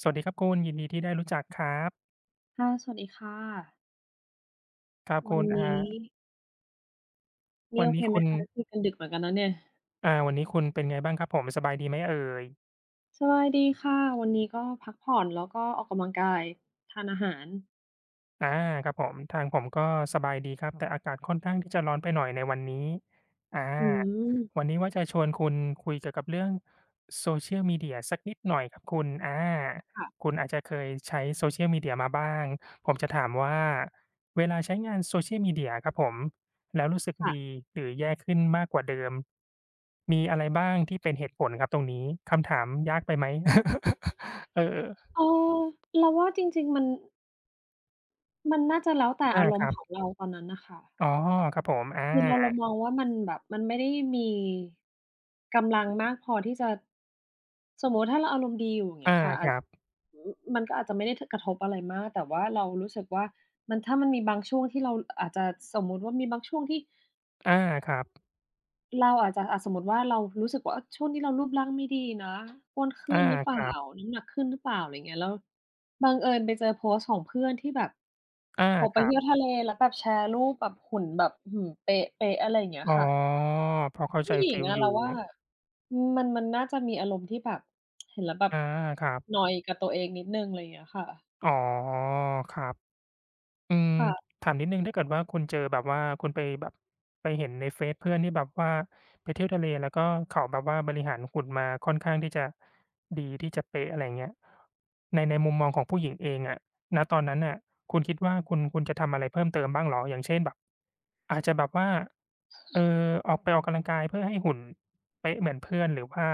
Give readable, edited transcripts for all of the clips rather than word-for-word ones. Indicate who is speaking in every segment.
Speaker 1: สวัสดีครับคุณยินดีที่ได้รู้จักครับ
Speaker 2: ค่ะสวัสดีค่ะ
Speaker 1: ครับ
Speaker 2: วั
Speaker 1: คุ
Speaker 2: น
Speaker 1: ณ
Speaker 2: นี้นี่
Speaker 1: วัน
Speaker 2: โอเค
Speaker 1: นี้
Speaker 2: ไหม
Speaker 1: คุณ
Speaker 2: คะคุยกันดึกเหมือนกันนะเนี่ย
Speaker 1: วันนี้คุณเป็นไงบ้างครับผมสบายดีไหมเอ่ย
Speaker 2: สบายดีค่ะวันนี้ก็พักผ่อนแล้วก็ออกกำลังกายทานอาหาร
Speaker 1: อาครับผมทางผมก็สบายดีครับแต่อากาศค่อนข้างที่จะร้อนไปหน่อยในวันนี้อา
Speaker 2: อืม
Speaker 1: วันนี้ว่าจะชวนคุณคุยเกี่ยวกับเรื่อง Social Media สักนิดหน่อยครับคุณคุ
Speaker 2: ค่ะ
Speaker 1: ณอาจจะเคยใช้ Social Media มาบ้างผมจะถามว่าเวลาใช้งาน Social Media ครับผมแล้วรู้สึกดี
Speaker 2: ค่ะ
Speaker 1: หรือแย่ขึ้นมากกว่าเดิมมีอะไรบ้างที่เป็นเหตุผลครับตรงนี้คำถามยากไปไหม เออ
Speaker 2: เออเราว่าจริงๆมันน่าจะแล้วแต่อาร
Speaker 1: ค
Speaker 2: ม
Speaker 1: รั
Speaker 2: ณ์ของ
Speaker 1: บ
Speaker 2: เราตอนนั้นน่ะค่ะ
Speaker 1: อ๋อครับผมอา
Speaker 2: คือเรามองว่ามันแบบมันไม่ได้มีกำลังมากพอที่จะสมมุติถ้าเราอารมณ์ดีอยู่อย่างเงี้
Speaker 1: อา
Speaker 2: ยค่ะ
Speaker 1: ค
Speaker 2: อาจ
Speaker 1: รับ
Speaker 2: มันก็อาจจะไม่ได้ถกระทบอะไรมากแต่ว่าเรารู้สึกว่ามันถ้ามันมีบางช่วงที่เราอาจจะสมมุติว่ามีบางช่วงที่
Speaker 1: อาครับ
Speaker 2: เราอาจจะอะสมมุติว่าเรารู้สึกว่าช่วงนี้เรารูปร่างไม่ดีนะอ้วนขึ้
Speaker 1: อา
Speaker 2: นหรือเป
Speaker 1: ค
Speaker 2: ล่า
Speaker 1: รับ
Speaker 2: น้ำหนักขึ้นหรือเปล่าอะไรอย่างเงี้ยแล้วบังเอิญไปเจอโพสต์ของเพื่อนที่แบบ
Speaker 1: อา
Speaker 2: ออก
Speaker 1: ค
Speaker 2: ไป
Speaker 1: รั
Speaker 2: เที่ยว
Speaker 1: บ
Speaker 2: ทะเลแล้วแบบแชร์รูปแบบหุ่นแบบอื้อฮือเป๊ะๆอะไรอย่างเงี้ย
Speaker 1: อ๋อ
Speaker 2: ค่ะ
Speaker 1: พอเข้าใจ
Speaker 2: ผู้หญิง
Speaker 1: ฟีล
Speaker 2: อะ
Speaker 1: อ
Speaker 2: เรา
Speaker 1: ยู่
Speaker 2: ว่ามันน่าจะมีอารมณ์ที่แบบเห็นแล้วแบบ
Speaker 1: อาครับ
Speaker 2: นอยกับตัวเองนิดหนึ่งอะไรอย่างเงี้ยค่ะ
Speaker 1: อ๋อ ครับ อืม
Speaker 2: ค่ะ
Speaker 1: ถามนิดหนึ่งถ้าเกิดว่าคุณเจอแบบว่าคุณไปแบบไปเห็นในเฟซเพื่อนที่แบบว่าไปเที่ยวทะเลแล้วก็เขาแบบว่าบริหารหุ่นมาค่อนข้างที่จะดีที่จะเป๊ะอะไรอย่างเงี้ยในมุมมองของผู้หญิงเองอะณตอนนั้นน่ะคุณคิดว่าคุณจะทำอะไรเพิ่มเติมบ้างเหรออย่างเช่นแบบอาจจะแบบว่าเอ่อออกไปออกกำลังกายเพื่อให้หุ่นเป๊ะเหมือนเพื่อนหรือว่า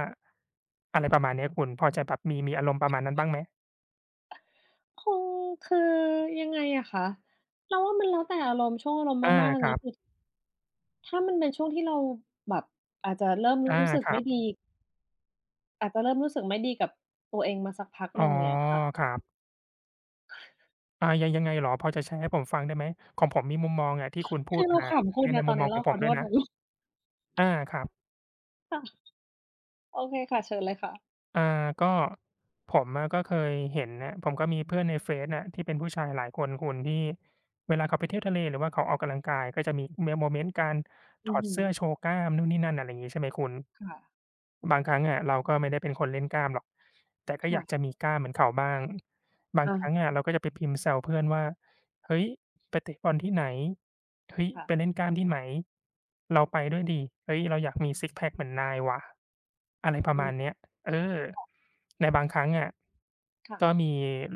Speaker 1: อะไรประมาณเนี้ยคุณพอจะแบบมีอารมณ์ประมาณนั้นบ้างไหม
Speaker 2: คงคือยังไงอะคะเราว่ามันแล้วแต่อารมณ์ช่วงอารมณ์
Speaker 1: อา
Speaker 2: มากๆ
Speaker 1: ค
Speaker 2: แล้ว
Speaker 1: รั
Speaker 2: คือ
Speaker 1: บ
Speaker 2: ถ้ามันเป็นช่วงที่เราแบบอาจจะเริ่ม
Speaker 1: อา
Speaker 2: รู้สึก
Speaker 1: ครั
Speaker 2: ไม่
Speaker 1: บ
Speaker 2: ดีอาจจะเริ่มรู้สึกไม่ดีกับตัวเองมาสักพักห
Speaker 1: อ๋อ
Speaker 2: นึ่งอย่างเงี้ยค่ะ
Speaker 1: ครับ อายังไงเหรอพอจะแชร์ให้ผมฟังได้ไหมของผมมีมุมมองอะที่คุณพู
Speaker 2: คื
Speaker 1: ด
Speaker 2: อเรา
Speaker 1: มา
Speaker 2: ขำคุ
Speaker 1: ใน
Speaker 2: ณนะต
Speaker 1: มุ
Speaker 2: อน
Speaker 1: มมอ
Speaker 2: นี้
Speaker 1: งข
Speaker 2: เรา
Speaker 1: องผ
Speaker 2: ขอ
Speaker 1: ม
Speaker 2: โท
Speaker 1: ด้วย
Speaker 2: ษ
Speaker 1: นะ
Speaker 2: นะ
Speaker 1: อาครับ
Speaker 2: ค่ะโอเคค่ะเชิญเลยค่ะ
Speaker 1: อ่าก็ผมอะก็เคยเห็นน่ะผมก็มีเพื่อนในเฟซน่ะที่เป็นผู้ชายหลายคนคุณที่เวลาเขาไปเที่ยวทะเลหรือว่าเขาออกกำลังกายก็จะมีมโมเมนต์การถ
Speaker 2: อื
Speaker 1: อ
Speaker 2: อ
Speaker 1: ด
Speaker 2: ฮึ
Speaker 1: เสื้อโชว์กล้ามนู่นนี่นั่นอะไรอย่างงี้ใช่ไหมคุณ
Speaker 2: ค่ะ
Speaker 1: บางครั้งอะเราก็ไม่ได้เป็นคนเล่นกล้ามหรอกแต่ก็อยากจะ
Speaker 2: ค่ะ
Speaker 1: มีกล้ามเหมือนเขาบ้างบาง
Speaker 2: อา
Speaker 1: ครั้งอะเราก็จะไปพิมพ์แซวเพื่อนว่าเฮ้ยไปเตะบอลที่ไหนเฮ้ย
Speaker 2: ค่ะ
Speaker 1: ไปเล่นกล้ามที่ไหนเราไปด้วยดิเฮ้ยเราอยากมีซิกซ์แพ็กเหมือนนายว่ะอะไรประ
Speaker 2: อื
Speaker 1: มาณ
Speaker 2: ม
Speaker 1: เนี้ยเออในบางครั้งอะ
Speaker 2: ค่ะ
Speaker 1: ก็มี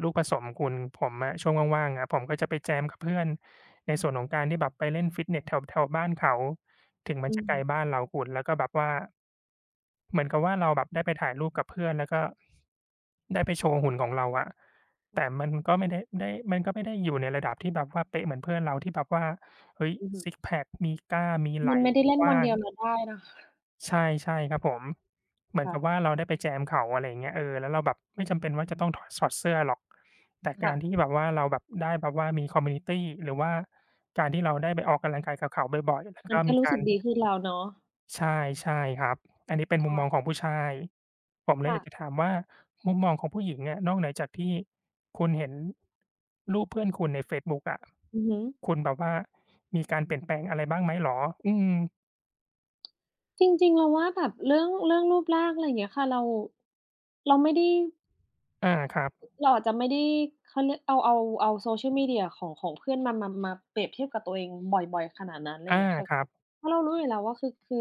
Speaker 1: ลูกผสมคุณผมอะช่วงว่างๆอะผมก็จะไปแจมกับเพื่อนในส่วนของการที่แบบไปเล่นฟิตเนสแถวแถวบ้านเขาถึงมัน
Speaker 2: อื
Speaker 1: จะไกลบ้า
Speaker 2: ม
Speaker 1: นเราคุณแล้วก็แบบว่า เหมือนกับว่าเราแบบได้ไปถ่ายรูปกับเพื่อนแล้วก็ได้ไปโชว์หุ่นของเราอะแต่มันก็ไม่ได้ได้มันก็ไม่ได้อยู่ในระดับที่แบบว่าเป๊ะเหมือนเพื่อนเราที่แบบว่าเฮ้ย
Speaker 2: อือฮึ
Speaker 1: ซิกซ์แพกมีกล้ามมีไห
Speaker 2: มั
Speaker 1: ล่
Speaker 2: นไม่ได้เล่
Speaker 1: ก
Speaker 2: นวั
Speaker 1: ว้า
Speaker 2: นเดี
Speaker 1: ง
Speaker 2: ยวแล้วได้นะ
Speaker 1: ใช่ครับผมเหมือน
Speaker 2: ค่ะ
Speaker 1: กับว่าเราได้ไปแจมเขาอะไรอย่างเงี้ยเออแล้วเราแบบไม่จำเป็นว่าจะต้องถอดเสื้อหรอกแต่กา
Speaker 2: ค่ะ
Speaker 1: รที่แบบว่าเราแบบได้แบบว่ามีคอมมิวนิตีหรือว่าการที่เราได้ไปออกกำลังกายกับเขาบ่อยๆแล้ว
Speaker 2: มัน
Speaker 1: ก็
Speaker 2: ก็
Speaker 1: มี
Speaker 2: รู้
Speaker 1: กา
Speaker 2: สึ
Speaker 1: ร
Speaker 2: กดีขึ้นแล้วเนาะ
Speaker 1: ใช่ใช่ครับอันนี้เป็นมุมมองข
Speaker 2: ค่ะ
Speaker 1: องผู้ชายผมเลยอยากจะ
Speaker 2: ค่ะ
Speaker 1: ถามว่ามุมมองของผู้หญิงอะนอกเหนือจากที่คุณเห็นรูปเพื่อนคุณในเฟซบุ๊กอะ
Speaker 2: อือฮึ
Speaker 1: คุณแบบว่ามีการเปลี่ยนแปลงอะไรบ้างไหมเหรออืม
Speaker 2: จริงๆเราว่าแบบเรื่องรูปร่างอะไรอย่างเงี้ยค่ะเราเราไม่ได้
Speaker 1: อาครับ
Speaker 2: เราอาจจะไม่ได้เขาเรียกเอา Social Media ของเพื่อนมาเปรียบเทียบกับตัวเองบ่อยๆขนาดนั้นอะไรอ
Speaker 1: อา
Speaker 2: ย่างเงี้ยค่ะ
Speaker 1: ครับ
Speaker 2: เพราะเรารู้อยู่แล้วว่าคือ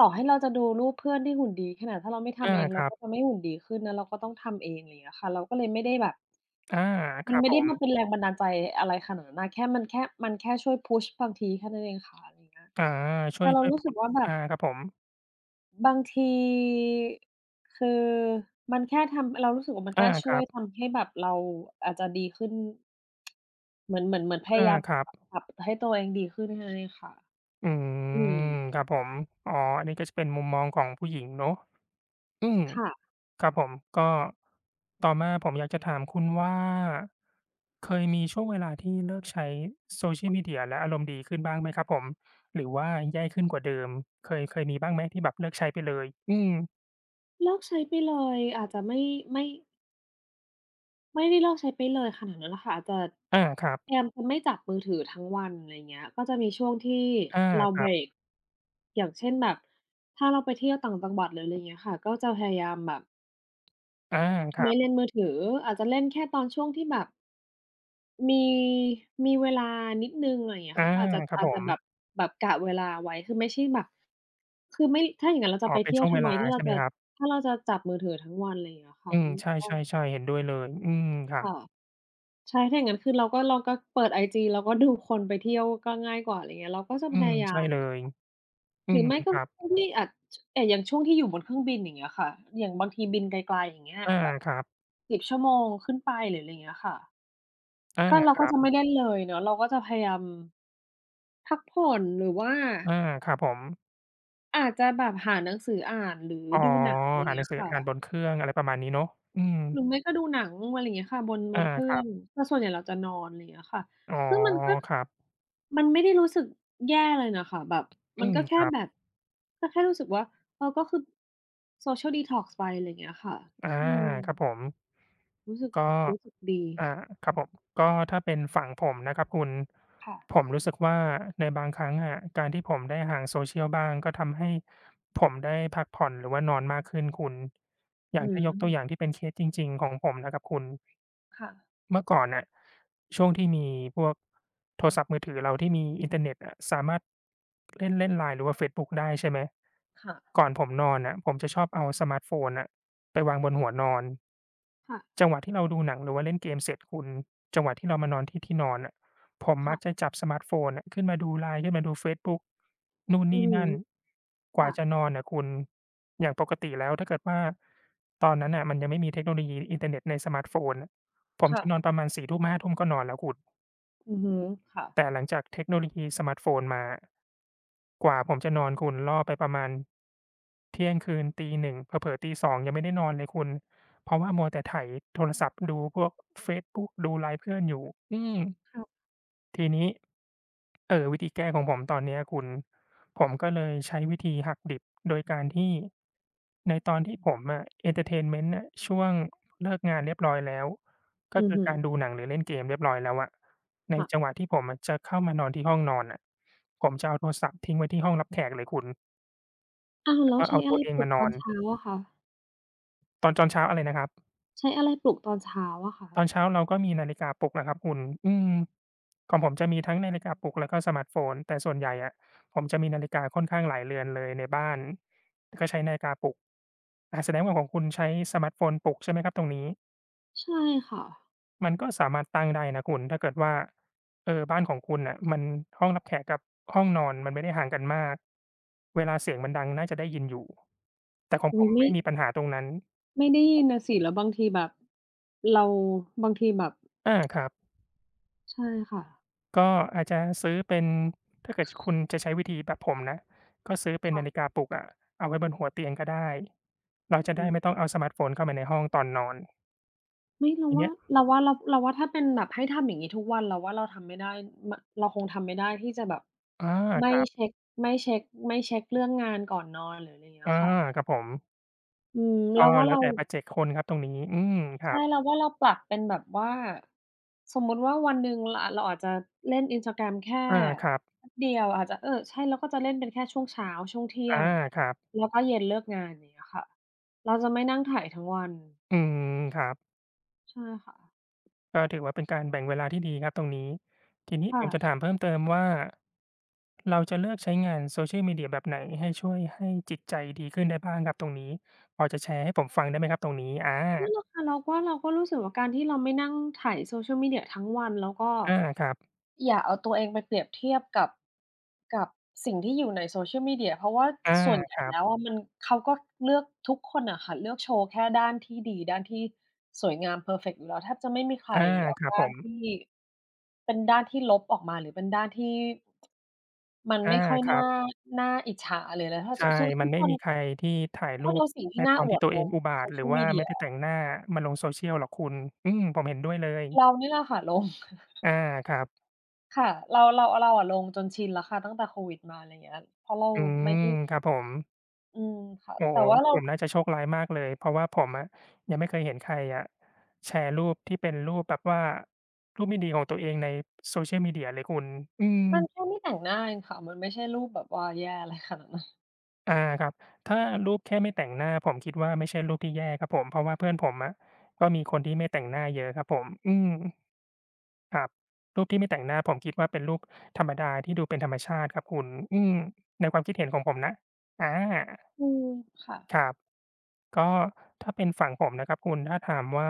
Speaker 2: ต่อให้เราจะดูรูปเพื่อนที่หุ่นดีขนาดถ้าเราไม่ทำ
Speaker 1: อา
Speaker 2: เอง
Speaker 1: ค
Speaker 2: เรา
Speaker 1: รั
Speaker 2: ก็จะ
Speaker 1: บ
Speaker 2: ไม่หุ่นดีขึ้นนะเราก็ต้องทำเองอะไรอย่างเงี้ยค่ะเราก็เลยไม่ได้แบบ
Speaker 1: อาค
Speaker 2: มัน
Speaker 1: รับ
Speaker 2: ไม่
Speaker 1: ผ
Speaker 2: ได้
Speaker 1: ม
Speaker 2: มาเป็นแรงบันดาลใจอะไรขนาดนั้นน่ะแค่มันแค่ช่วยพุชบางทีแค่นั้นเองค่ะอะไรอย่างเงี้ย
Speaker 1: อาช่ว
Speaker 2: แต่
Speaker 1: ย
Speaker 2: เรารู้
Speaker 1: พู
Speaker 2: สึก
Speaker 1: ด
Speaker 2: ว่าแบบ
Speaker 1: ครับผม
Speaker 2: บางทีคือมันแค่ทำเรารู้สึกว่ามันแค่
Speaker 1: ค
Speaker 2: ช่ว
Speaker 1: รั
Speaker 2: ย
Speaker 1: บ
Speaker 2: ทำให้แบบเราอาจจะดีขึ้นเหมือนพยายาม
Speaker 1: ครับ
Speaker 2: ปปรับให้ตัวเองดีขึ้นแค่นั้นเองค่ะ
Speaker 1: อื
Speaker 2: อืม
Speaker 1: มครับผมอ๋ออันนี้ก็จะเป็นมุมมองของผู้หญิงเนาะอืม
Speaker 2: ค่ะ
Speaker 1: ครับผมก็ต่อมาผมอยากจะถามคุณว่าเคยมีช่วงเวลาที่เลิกใช้ Social Media และอารมณ์ดีขึ้นบ้างไหมครับผมหรือว่าแย่ขึ้นกว่าเดิมเคยมีบ้างไหมที่แบบเลิกใช้ไปเลยอืม
Speaker 2: เลิกใช้ไปเลยอาจจะไม่ไม่ ไม่ได้เลิกใช้ไปเลยขนาดนั้นน่ะค่ะอาจจะ
Speaker 1: อาครับ
Speaker 2: พยายามจะไม่จับมือถือทั้งวันอะไรเงี้ยก็จะมีช่วงที่
Speaker 1: อา
Speaker 2: เรา
Speaker 1: ค
Speaker 2: เบ
Speaker 1: รั
Speaker 2: ร
Speaker 1: บ
Speaker 2: กอย่างเช่นแบบถ้าเราไปเที่ยวต่างจังหวัดหรืออะไรเงี้ยค่ะก็จะพยายามแบบ
Speaker 1: อาครั
Speaker 2: ไม่
Speaker 1: บ
Speaker 2: เล่นมือถืออาจจะเล่นแค่ตอนช่วงที่แบบมีมีเวลานิดหนึ่งอะไรเงี้ย
Speaker 1: อา
Speaker 2: ค่ะก็
Speaker 1: ครับ
Speaker 2: อาจ
Speaker 1: ผ
Speaker 2: จะ
Speaker 1: ม
Speaker 2: แบบแบบกะเวลาไว้คือไม่ใช่แบบคือไม่ถ้าอย่างงั้นเราจะ
Speaker 1: อ๋อ
Speaker 2: ไป
Speaker 1: เป็น
Speaker 2: เที่ยว
Speaker 1: ช่วงเว
Speaker 2: ทำไม
Speaker 1: ลา
Speaker 2: ถ้าเรา
Speaker 1: ใช่ไหม
Speaker 2: จะ
Speaker 1: ครับ
Speaker 2: จับมือถือทั้งวันอะไรเงี้ยค่ะ
Speaker 1: อื
Speaker 2: อื
Speaker 1: ม
Speaker 2: ม
Speaker 1: ใช
Speaker 2: ก็
Speaker 1: ่ๆๆเห็นด้วยเลยอืมครับ
Speaker 2: ค่ะ ใช่ถ้าอย่างงั้นคือเราก็เปิดไอจีเราก็ดูคนไปเที่ยวก็ง่ายกว่าอะไรเงี้ยเราก็จะ
Speaker 1: อื
Speaker 2: พ
Speaker 1: ม
Speaker 2: ยายา
Speaker 1: ใช่
Speaker 2: ม
Speaker 1: เล
Speaker 2: อะ
Speaker 1: ยอื
Speaker 2: หรือ
Speaker 1: ม
Speaker 2: ไม่ก็
Speaker 1: ครับ
Speaker 2: ช่วงที่อาจแต่อย่างช่วงที่อยู่บนเครื่องบินอย่างเงี้ยค่ะอย่างบางทีบินไกลๆอย่างเงี้ย
Speaker 1: อา
Speaker 2: แบบ
Speaker 1: ครับ
Speaker 2: 10 ชั่วโมงขึ้นไปหรืออะไรเงี้ยค่ะ
Speaker 1: อา
Speaker 2: ก็เรา
Speaker 1: ค
Speaker 2: ก็
Speaker 1: รับ
Speaker 2: จะไม่เล่นเลยเนาะเราก็จะพยายามพักผ่อนหรือว่า
Speaker 1: อาครับผม
Speaker 2: อาจจะแบบหาหนังสืออ่านหรือ
Speaker 1: อ๋อ
Speaker 2: ดูหนังอะไร
Speaker 1: อ่านหนั
Speaker 2: เงี้
Speaker 1: ง
Speaker 2: ย
Speaker 1: สืออ่านบ
Speaker 2: ค่ะ
Speaker 1: นเครื่องอะไรประมาณนี้เนาะอืม
Speaker 2: หรือไม่ก็ดูหนังอะไรอย่างเงี้ยค่ะบ
Speaker 1: อา
Speaker 2: นเครื่
Speaker 1: ค
Speaker 2: อ
Speaker 1: รับ
Speaker 2: งแต่ส่วนใหญ่เราจะนอนอะไรอย่างเงี้ยค่ะ
Speaker 1: อ๋อ
Speaker 2: ซึ่งมันก็
Speaker 1: ครับ
Speaker 2: มันไม่ได้รู้สึกแย่เลยน่ะค่ะแบบมั
Speaker 1: อื
Speaker 2: น
Speaker 1: ม
Speaker 2: ก็
Speaker 1: ค
Speaker 2: แค่
Speaker 1: รั
Speaker 2: แบ
Speaker 1: บ
Speaker 2: บก็แค่รู้สึกว่าเออก็คือ social detox ไปอะไรอย่างเงี้ยค่ะ
Speaker 1: อา
Speaker 2: อืม
Speaker 1: ครับผม
Speaker 2: รู้สึก
Speaker 1: ก็
Speaker 2: รู้สึกดี
Speaker 1: อ่าครับผมก็ถ้าเป็นฝั่งผมนะครับคุณผม
Speaker 2: ค่ะ
Speaker 1: รู้สึกว่าในบางครั้งอะการที่ผมได้ห่าง social บ้างก็ทำให้ผมได้พักผ่อนหรือว่านอนมากขึ้นคุณอย่าง
Speaker 2: อื
Speaker 1: ถ้า
Speaker 2: ม
Speaker 1: ยกตัวอย่างที่เป็นเคสจริงๆของผมนะครับคุณ
Speaker 2: ค่ะ
Speaker 1: เมื่อก่อนน่ะช่วงที่มีพวกโทรศัพท์มือถือเราที่มีอินเทอร์เน็ตอะสามารถเล่นเล่น LINE หรือว่าเฟซบุ๊กได้ใช่ไหม
Speaker 2: ค่ะ
Speaker 1: ก่อนผมนอนน่ะผมจะชอบเอาสมาร์ตโฟนน่ะไปวางบนหัวนอน
Speaker 2: ค่ะ
Speaker 1: จังหวะที่เราดูหนังหรือว่าเล่นเกมเสร็จคุณจังหวะที่เรามานอนที่ที่นอนน่ะผมมักจะ
Speaker 2: ค่ะ
Speaker 1: จับสมาร์ตโฟนน่ะขึ้นมาดู LINE ขึ้นมาดูเฟซบุ๊กนู่น
Speaker 2: อือ
Speaker 1: นี่
Speaker 2: ฮึ
Speaker 1: นั่นกว่า
Speaker 2: ค่ะ
Speaker 1: จะนอนน่ะคุณอย่างปกติแล้วถ้าเกิดว่าตอนนั้นน่ะมันยังไม่มีเทคโนโลยีอินเทอร์เน็ตในสมาร์ตโฟนน่ะผม
Speaker 2: ค่ะ
Speaker 1: จะนอนประมาณ4ทุ่มห้าทุ่มก็นอนแล้วคุณ
Speaker 2: อือฮึค่ะ
Speaker 1: แต่หลังจากเทคโนโลยีสมาร์ตโฟนมากว่าผมจะนอนคุณล่อไปประมาณ เที่ยงคืนตีหน1 นาฬิกาเผลอๆตีสองยังไม่ได้นอนเลยคุณเพราะว่ามัวแต่ไถโทรศัพท์ดูพวกเฟซบุ๊กดูไลน์เพื่อนอยู่อืม
Speaker 2: ค่ะ
Speaker 1: ทีนี้วิธีแก้ของผมตอนเนี้ยคุณผมก็เลยใช้วิธีหักดิบโดยการที่ในตอนที่ผมอะเอนเทอร์เทนเมนต์น่ะช่วงเลิกงานเรียบร้อยแล้วก็
Speaker 2: อือ
Speaker 1: คือ
Speaker 2: ฮึ
Speaker 1: การดูหนังหรือเล่นเกมเรียบร้อยแล้วอะใน
Speaker 2: ค่ะ
Speaker 1: จังหวะที่ผมอะจะเข้ามานอนที่ห้องนอนน่ะผมจะเอาโทรศัพท์ทิ้งไว้ที่ห้องรับแขกเลยคุณ
Speaker 2: อ้าว
Speaker 1: แล้
Speaker 2: แล้
Speaker 1: ว
Speaker 2: ว
Speaker 1: ก็
Speaker 2: ใช้
Speaker 1: เอา
Speaker 2: อะ
Speaker 1: ตั
Speaker 2: ไร
Speaker 1: วเอ
Speaker 2: ป
Speaker 1: ง
Speaker 2: ลุ
Speaker 1: มา
Speaker 2: ก
Speaker 1: น
Speaker 2: ตอ
Speaker 1: อ
Speaker 2: น
Speaker 1: น
Speaker 2: เช้าอะคะ
Speaker 1: ตอนเช้าอะไรนะครับ
Speaker 2: ใช้อะไรปลุกตอนเช้าอะคะ
Speaker 1: ตอนเช้าเราก็มีนาฬิกาปลุกนะครับคุณอืมของผมจะมีทั้งนาฬิกาปลุกแล้วก็สมาร์ตโฟนแต่ส่วนใหญ่อะผมจะมีนาฬิกาค่อนข้างหลายเรือนเลยในบ้านก็ใช้นาฬิกาปลุกอาแสดงว่าของคุณใช้สมาร์ตโฟนปลุกใช่ไหมครับตรงนี้
Speaker 2: ใช่ค่ะ
Speaker 1: มันก็สามารถตั้งได้นะคุณถ้าเกิดว่าบ้านของคุณน่ะมันห้องรับแขกกับห้องนอนมันไม่ได้ห่างกันมากเวลาเสียงมันดังน่าจะได้ยินอยู่แต่ของผ
Speaker 2: อุ๊ย
Speaker 1: ม
Speaker 2: ไม่
Speaker 1: ไม่มีปัญหาตรงนั้น
Speaker 2: ไม่ได้ยินน่ะสิแล้วบางทีแบบเราบางทีแบบ
Speaker 1: อาครับ
Speaker 2: ใช่ค่ะ
Speaker 1: ก็อาจจะซื้อเป็นถ้าเกิดคุณจะใช้วิธีแบบผมนะก็ซื้อเป็นนาฬิ
Speaker 2: ค่ะ
Speaker 1: กาปลุกอะเอาไว้บนหัวเตียงก็ได้เราจะได้
Speaker 2: อื
Speaker 1: ไม่
Speaker 2: ม
Speaker 1: ต้องเอาสมาร์ตโฟนเข้ามาในห้องตอนนอน
Speaker 2: ไม่เรา
Speaker 1: ที
Speaker 2: ว่า
Speaker 1: เนี้ย
Speaker 2: เราว่าเราเราว่าถ้าเป็นแบบให้ทำอย่างงี้ทุกวันเราว่าเราทำไม่ได้มเราคงทำไม่ได้ที่จะแบบ
Speaker 1: อา
Speaker 2: ไม่
Speaker 1: ครั
Speaker 2: เช็
Speaker 1: บ
Speaker 2: กไม่เช็กไม่เช็กเรื่องงานก่อนนอนหรืออะไรอย่างเงี้
Speaker 1: อา
Speaker 2: ยค่ะ
Speaker 1: ครับผม
Speaker 2: อืม
Speaker 1: ก็
Speaker 2: เราว่า
Speaker 1: แล้ว
Speaker 2: เรา
Speaker 1: แต่ปัจเจกคนครับตรงนี้อืมครั
Speaker 2: ใช่
Speaker 1: บ
Speaker 2: เราว่าเราปรับเป็นแบบว่าสมมุติว่าวันหนึ่งเราอาจจะเล่น Instagram แค่
Speaker 1: อาครับ
Speaker 2: แป๊บเดียวอาจจะเออใช่เราก็จะเล่นเป็นแค่ช่วงเช้าช่วงเที่ย
Speaker 1: อา
Speaker 2: ง
Speaker 1: ครับ
Speaker 2: แล้วก็เย็นเลิกงานอย่างเงี้ยค่ะเราจะไม่นั่งไถทั้งวัน
Speaker 1: อืมครับ
Speaker 2: ใช่ค่ะ
Speaker 1: ก็ถือว่าเป็นการแบ่งเวลาที่ดีครับตรงนี้ทีนี้ผมจะถา
Speaker 2: ค่ะ
Speaker 1: มเพิ่มเติมว่า เราจะเลือกใช้งาน Social Media แบบไหนให้ช่วยให้จิตใจดีขึ้นได้บ้างครับตรงนี้พอจะแชร์ให้ผมฟังได้ไหมครับตรงนี้อ
Speaker 2: นั่นแหละ
Speaker 1: า
Speaker 2: ค่ะเราก็รู้สึกว่าการที่เราไม่นั่งไถ Social Media ทั้งวันแล้วก็
Speaker 1: อาครับ
Speaker 2: อย่าเอาตัวเองไปเปรียบเทียบกับกับสิ่งที่อยู่ใน Social Media เพราะว่า
Speaker 1: อา
Speaker 2: ส่วนให
Speaker 1: ค
Speaker 2: ญ่
Speaker 1: รั
Speaker 2: แล้ว
Speaker 1: บ
Speaker 2: อะมันเขาก็เลือกทุกคนอะค่ะเลือกโชว์แค่ด้านที่ดีด้านที่สวยงามเพอร์เฟกต์อยู่แล้วแทบจะไม่มีใคร
Speaker 1: อา
Speaker 2: เอา
Speaker 1: ครับ
Speaker 2: ด้า
Speaker 1: ผ
Speaker 2: น
Speaker 1: ม
Speaker 2: ที่เป็นด้านที่ลบออกมาหรือเป็นด้านที่มัน
Speaker 1: อา
Speaker 2: ไม่ค่อย
Speaker 1: ครั
Speaker 2: น่า
Speaker 1: บ
Speaker 2: น่าอิจฉาหรืออะไรถ้า
Speaker 1: ใช่
Speaker 2: ทุ
Speaker 1: มั
Speaker 2: ทุ
Speaker 1: น
Speaker 2: ก
Speaker 1: ไม่
Speaker 2: คน
Speaker 1: มีใครที่ถ่าย
Speaker 2: ทุกค
Speaker 1: รู
Speaker 2: น
Speaker 1: ป
Speaker 2: เอาสิ่งที่
Speaker 1: ใน
Speaker 2: น่า
Speaker 1: ตอน
Speaker 2: อว
Speaker 1: ที่
Speaker 2: ด
Speaker 1: ตัว
Speaker 2: ล
Speaker 1: เอง
Speaker 2: ง
Speaker 1: อุบาทว์หรือ
Speaker 2: Social
Speaker 1: ว่าไม่
Speaker 2: Media
Speaker 1: ได้แต่งหน้ามาลง Social หรอกคุณอืมผมเห็นด้วยเลย
Speaker 2: เรานี่แหละค่ะลง
Speaker 1: อาครับ
Speaker 2: ค่ะเราอะลงจนชินแล้วค่ะตั้งแต่โควิดมาอะไรเงี้ยเพราะเรา
Speaker 1: อื
Speaker 2: ไม่
Speaker 1: ม
Speaker 2: ได้
Speaker 1: ครับผม
Speaker 2: อืมค่ะ
Speaker 1: โอ้
Speaker 2: แต่
Speaker 1: โฮ
Speaker 2: ว่าเรา
Speaker 1: ผมน่าจะโชคร้ายมากเลยเพราะว่าผมอะยังไม่เคยเห็นใครอะแชร์รูปที่เป็นรูปแบบว่ารูปไม่ดีของตัวเองใน Social Media เลยคุณอืม
Speaker 2: มันแค่ไม่แต่งหน้าเองค่ะ มันไม่ใช่รูปแบบว่าแย่อะไรขนาดนั้น
Speaker 1: อาครับถ้ารูปแค่ไม่แต่งหน้าผมคิดว่าไม่ใช่รูปที่แย่ครับผมเพราะว่าเพื่อนผมอะก็มีคนที่ไม่แต่งหน้าเยอะครับผมอืมครับรูปที่ไม่แต่งหน้าผมคิดว่าเป็นรูปธรรมดาที่ดูเป็นธรรมชาติครับคุณอืมในความคิดเห็นของผมนะอา
Speaker 2: อืมค่ะ
Speaker 1: ครับ ก็ถ้าเป็นฝั่งผมนะครับคุณถ้าถามว่า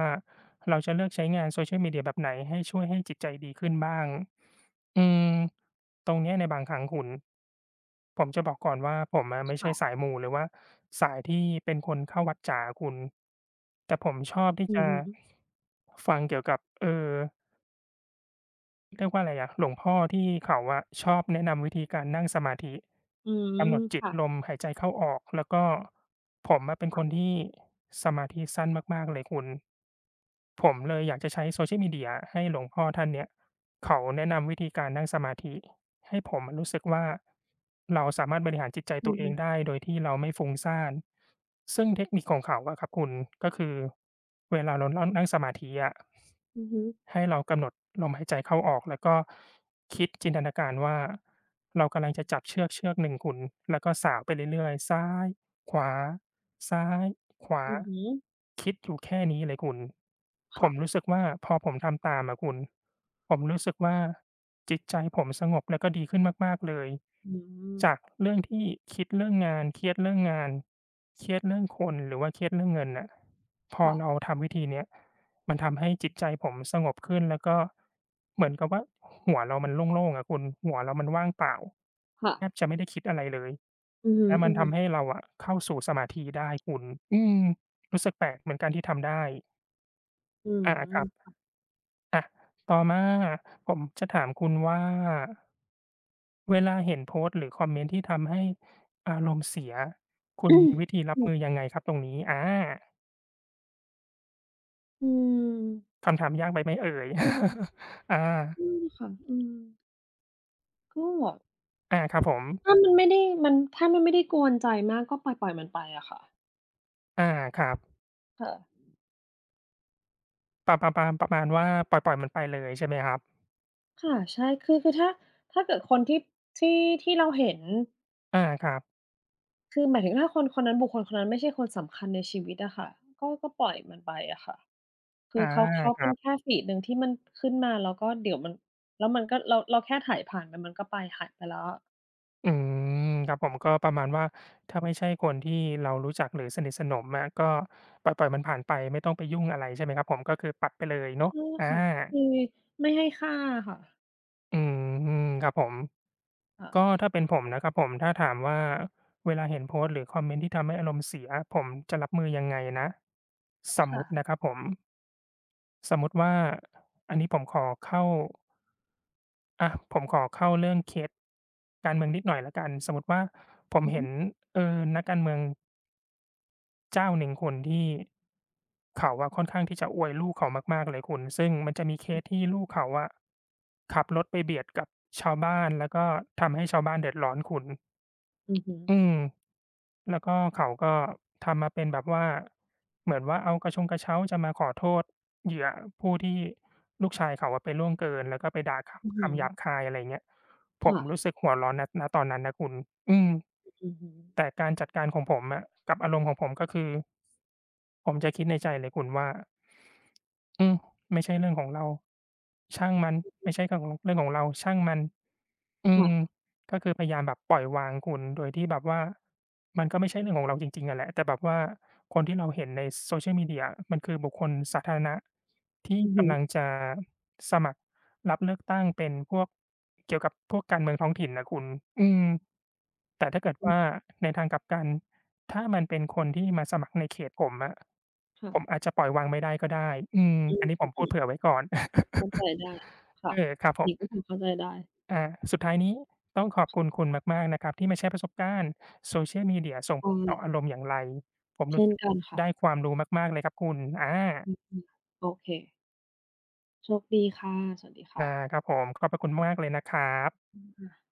Speaker 1: เราจะเลือกใช้งาน Social Media แบบไหนให้ช่วยให้จิตใจดีขึ้นบ้างอืมตรงเนี้ยในบางครั้งคุณผมจะบอกก่อนว่าผมอะไม่ใช่สาย
Speaker 2: ค่ะ
Speaker 1: มูหรือว่าสายที่เป็นคนเข้าวัดจ๋าคุณแต่ผมชอบที่
Speaker 2: อื
Speaker 1: จะ
Speaker 2: อฮึ
Speaker 1: ฟังเกี่ยวกับเรียกว่าอะไรอะหลวงพ่อที่เขาอะชอบแนะนำวิธีการนั่งสมาธิ
Speaker 2: อืม
Speaker 1: กำหนดจิต
Speaker 2: ค่ะ
Speaker 1: ลมหายใจเข้าออกแล้วก็ผมอะเป็นค
Speaker 2: ค่ะ
Speaker 1: นที่สมาธิสั้นมากๆเลยคุณผมเลยอยากจะใช้ Social Media ให้หลวงพ่อท่านเนี้ยเขาแนะนำวิธีการนั่งสมาธิให้ผมอะรู้สึกว่าเราสามารถบริหารจิตใจ
Speaker 2: อื
Speaker 1: ตัว
Speaker 2: อ
Speaker 1: เอ
Speaker 2: ฮึ
Speaker 1: งได้โดยที่เราไม่ฟุ้งซ่านซึ่งเทคนิคของเขาอะครับคุณก็คือเวลาเรานั่งสมาธิอะ
Speaker 2: อือฮึ
Speaker 1: ให้เรากำหนดลมหายใจเข้าออกแล้วก็คิดจินตนาการว่าเรากำลังจะจับเชือกเชือกหนึ่งคุณแล้วก็สาวไปเรื่อยๆซ้ายขวาซ้ายขวา
Speaker 2: อือฮึ
Speaker 1: คิดอยู่แค่นี้เลยคุณผ
Speaker 2: ค่ะ
Speaker 1: มรู้สึกว่าพอผมทำตามอะคุณผมรู้สึกว่าจิตใจผมสงบแล้วก็ดีขึ้นมากๆเลย
Speaker 2: อืม
Speaker 1: จากเรื่องที่คิดเรื่องงานเครียดเรื่องงานเครียดเรื่องคนหรือว่าเครียดเรื่องเงินน่ะพอ
Speaker 2: ค่ะ
Speaker 1: เราทำวิธีเนี้ย มันทำให้จิตใจผมสงบขึ้นแล้วก็เหมือนกับว่าหัวเรามันโล่งๆอะคุณหัวเรามันว่างเปล่า
Speaker 2: ค่ะ
Speaker 1: แทบจะไม่ได้คิดอะไรเลย
Speaker 2: อือฮึ
Speaker 1: แล้วมันทำให้
Speaker 2: ๆ
Speaker 1: เราอะเข้าสู่สมาธิได้คุณอืมรู้สึกแปลกเหมือนกันที่ทำได้
Speaker 2: อื
Speaker 1: อาครับ
Speaker 2: ม
Speaker 1: อะต่อมาผมจะถามคุณว่าเวลาเห็นโพสต์หรือคอมเมนต์ที่ทำให้อารมณ์เสียคุณ
Speaker 2: อืม
Speaker 1: มีวิธีรับมือยังไงครับตรงนี้อา
Speaker 2: อืม
Speaker 1: คำถามยากไปไหมเอ่ย อา
Speaker 2: นั่นค่ะอืมก็
Speaker 1: อาครับผม
Speaker 2: ถ้ามันไม่ได้กวนใจมากก็ปล่อยๆมันไปอะค่ะ
Speaker 1: อาครับ
Speaker 2: ค่ะ
Speaker 1: ประประมาณประมาณว่าปล่อยมันไปเลยใช่ไหมครับ
Speaker 2: ค่ะใช่คือถ้าถ้าเกิดคนที่ที่ที่เราเห็น
Speaker 1: อาครับ
Speaker 2: คือหมายถึงถ้าคนคนนั้นบุคคลคนนั้น ไม่ใช่คนสำคัญในชีวิตอะค่ะก็ปล่อยมันไปอะค่ะคือ
Speaker 1: อา
Speaker 2: เขา
Speaker 1: ค
Speaker 2: เป็
Speaker 1: รั
Speaker 2: นแค่
Speaker 1: บ
Speaker 2: ฟีดหนึ่งที่มันขึ้นมาแล้วก็เดี๋ยวมันแล้วมันก็เราแค่ไถผ่านไปมันก็ไปหายไปแล้วอะ
Speaker 1: อืมครับผมก็ประมาณว่าถ้าไม่ใช่คนที่เรารู้จักหรือสนิทสนมอะก็ปล่อยมันผ่านไปไม่ต้องไปยุ่งอะไรใช่ไหมครับผมก็คือปัดไปเลยเนาะ
Speaker 2: ใช่
Speaker 1: อา
Speaker 2: ค่ะคือไม่ให้ค่าอะค่ะ
Speaker 1: อืมครับผม
Speaker 2: ค่ะ
Speaker 1: ก็ถ้าเป็นผมนะครับผมถ้าถามว่าเวลาเห็นโพสต์หรือคอมเมนต์ที่ทำให้อารมณ์เสียผมจะรับมือยังไงนะสม
Speaker 2: ค่ะ
Speaker 1: มุตินะครับผมสมมุติว่าอันนี้ผมขอเข้า อะผมขอเข้าเรื่องเคสการเมืองนิดหน่อยแล้วกันสมมุติว่าผม
Speaker 2: อือฮึ
Speaker 1: เห็นนักการเมืองเจ้าหนึ่งคนที่เขาอะค่อนข้างที่จะอวยลูกเขามากๆเลยคุณซึ่งมันจะมีเคสที่ลูกเขาอะขับรถไปเบียดกับชาวบ้านแล้วก็ทำให้ชาวบ้านเดือดร้อนคุณ
Speaker 2: อือฮึ
Speaker 1: อืม แล้วก็เขาก็ทำมาเป็นแบบว่าเหมือนว่าเอากระชงกระเช้าจะมาขอโทษเหยื่อผู้ที่ลูกชายเขาอะไปล่วงเกินแล้วก็ไปด่า
Speaker 2: อือ
Speaker 1: คำ
Speaker 2: ฮึ
Speaker 1: คำหยาบคายอะไรอย่างเงี้ยผม
Speaker 2: ค่ะ
Speaker 1: รู้สึกหัวร้อนณตอนนั้นนะคุณอืม
Speaker 2: อือฮึ
Speaker 1: แต่การจัดการของผมอะกับอารมณ์ของผมก็คือผมจะคิดในใจเลยคุณว่าอืมไม่ใช่เรื่องของเราช่างมันไม่ใช่ของเรื่องของเราช่างมันอื
Speaker 2: ค่ะ
Speaker 1: มก็คือพยายามแบบปล่อยวางคุณโดยที่แบบว่ามันก็ไม่ใช่เรื่องของเราจริงๆอะแหละแต่แบบว่าคนที่เราเห็นใน Social Media มันคือบุคคลสาธารณะที่
Speaker 2: อือฮึ
Speaker 1: กำลังจะสมัครรับเลือกตั้งเป็นพวกเกี่ยวกับพวกการเมืองท้องถิ่นน่ะคุณอืม แต่ถ้าเกิด
Speaker 2: อือ
Speaker 1: ว่าในทางกลับกันถ้ามันเป็นคนที่มาสมัครในเขตผมอะ
Speaker 2: ค่ะ
Speaker 1: ผมอาจจะปล่อยวางไม่ได้ก็ได้อืม
Speaker 2: อื
Speaker 1: อันนี้ผมพูด
Speaker 2: ม
Speaker 1: เผื่
Speaker 2: ๆๆ
Speaker 1: อไว้ก่อน
Speaker 2: เข้าใจได้ ค่ะ
Speaker 1: เออ
Speaker 2: ค่ะ
Speaker 1: ครับ
Speaker 2: อั
Speaker 1: ผ
Speaker 2: น
Speaker 1: ม
Speaker 2: นี้ก็พอเข้าใจได้
Speaker 1: อ่าสุดท้ายนี้ต้องขอบคุณคุณมากๆนะครับที่มาแชร์ประสบการณ์ Social Media ส่ง
Speaker 2: ใช
Speaker 1: ผลต่ออา
Speaker 2: ่
Speaker 1: รมณ์อย่างไรผมรู้
Speaker 2: เช่น
Speaker 1: สึก
Speaker 2: กันค่ะ
Speaker 1: ได้ความรู้มากๆเลยครับคุณอา
Speaker 2: อืมโอเคโชคดีค่ะสวัสดีค่
Speaker 1: อาครับผมขอบพระคุณมากเลยนะครับ
Speaker 2: ะ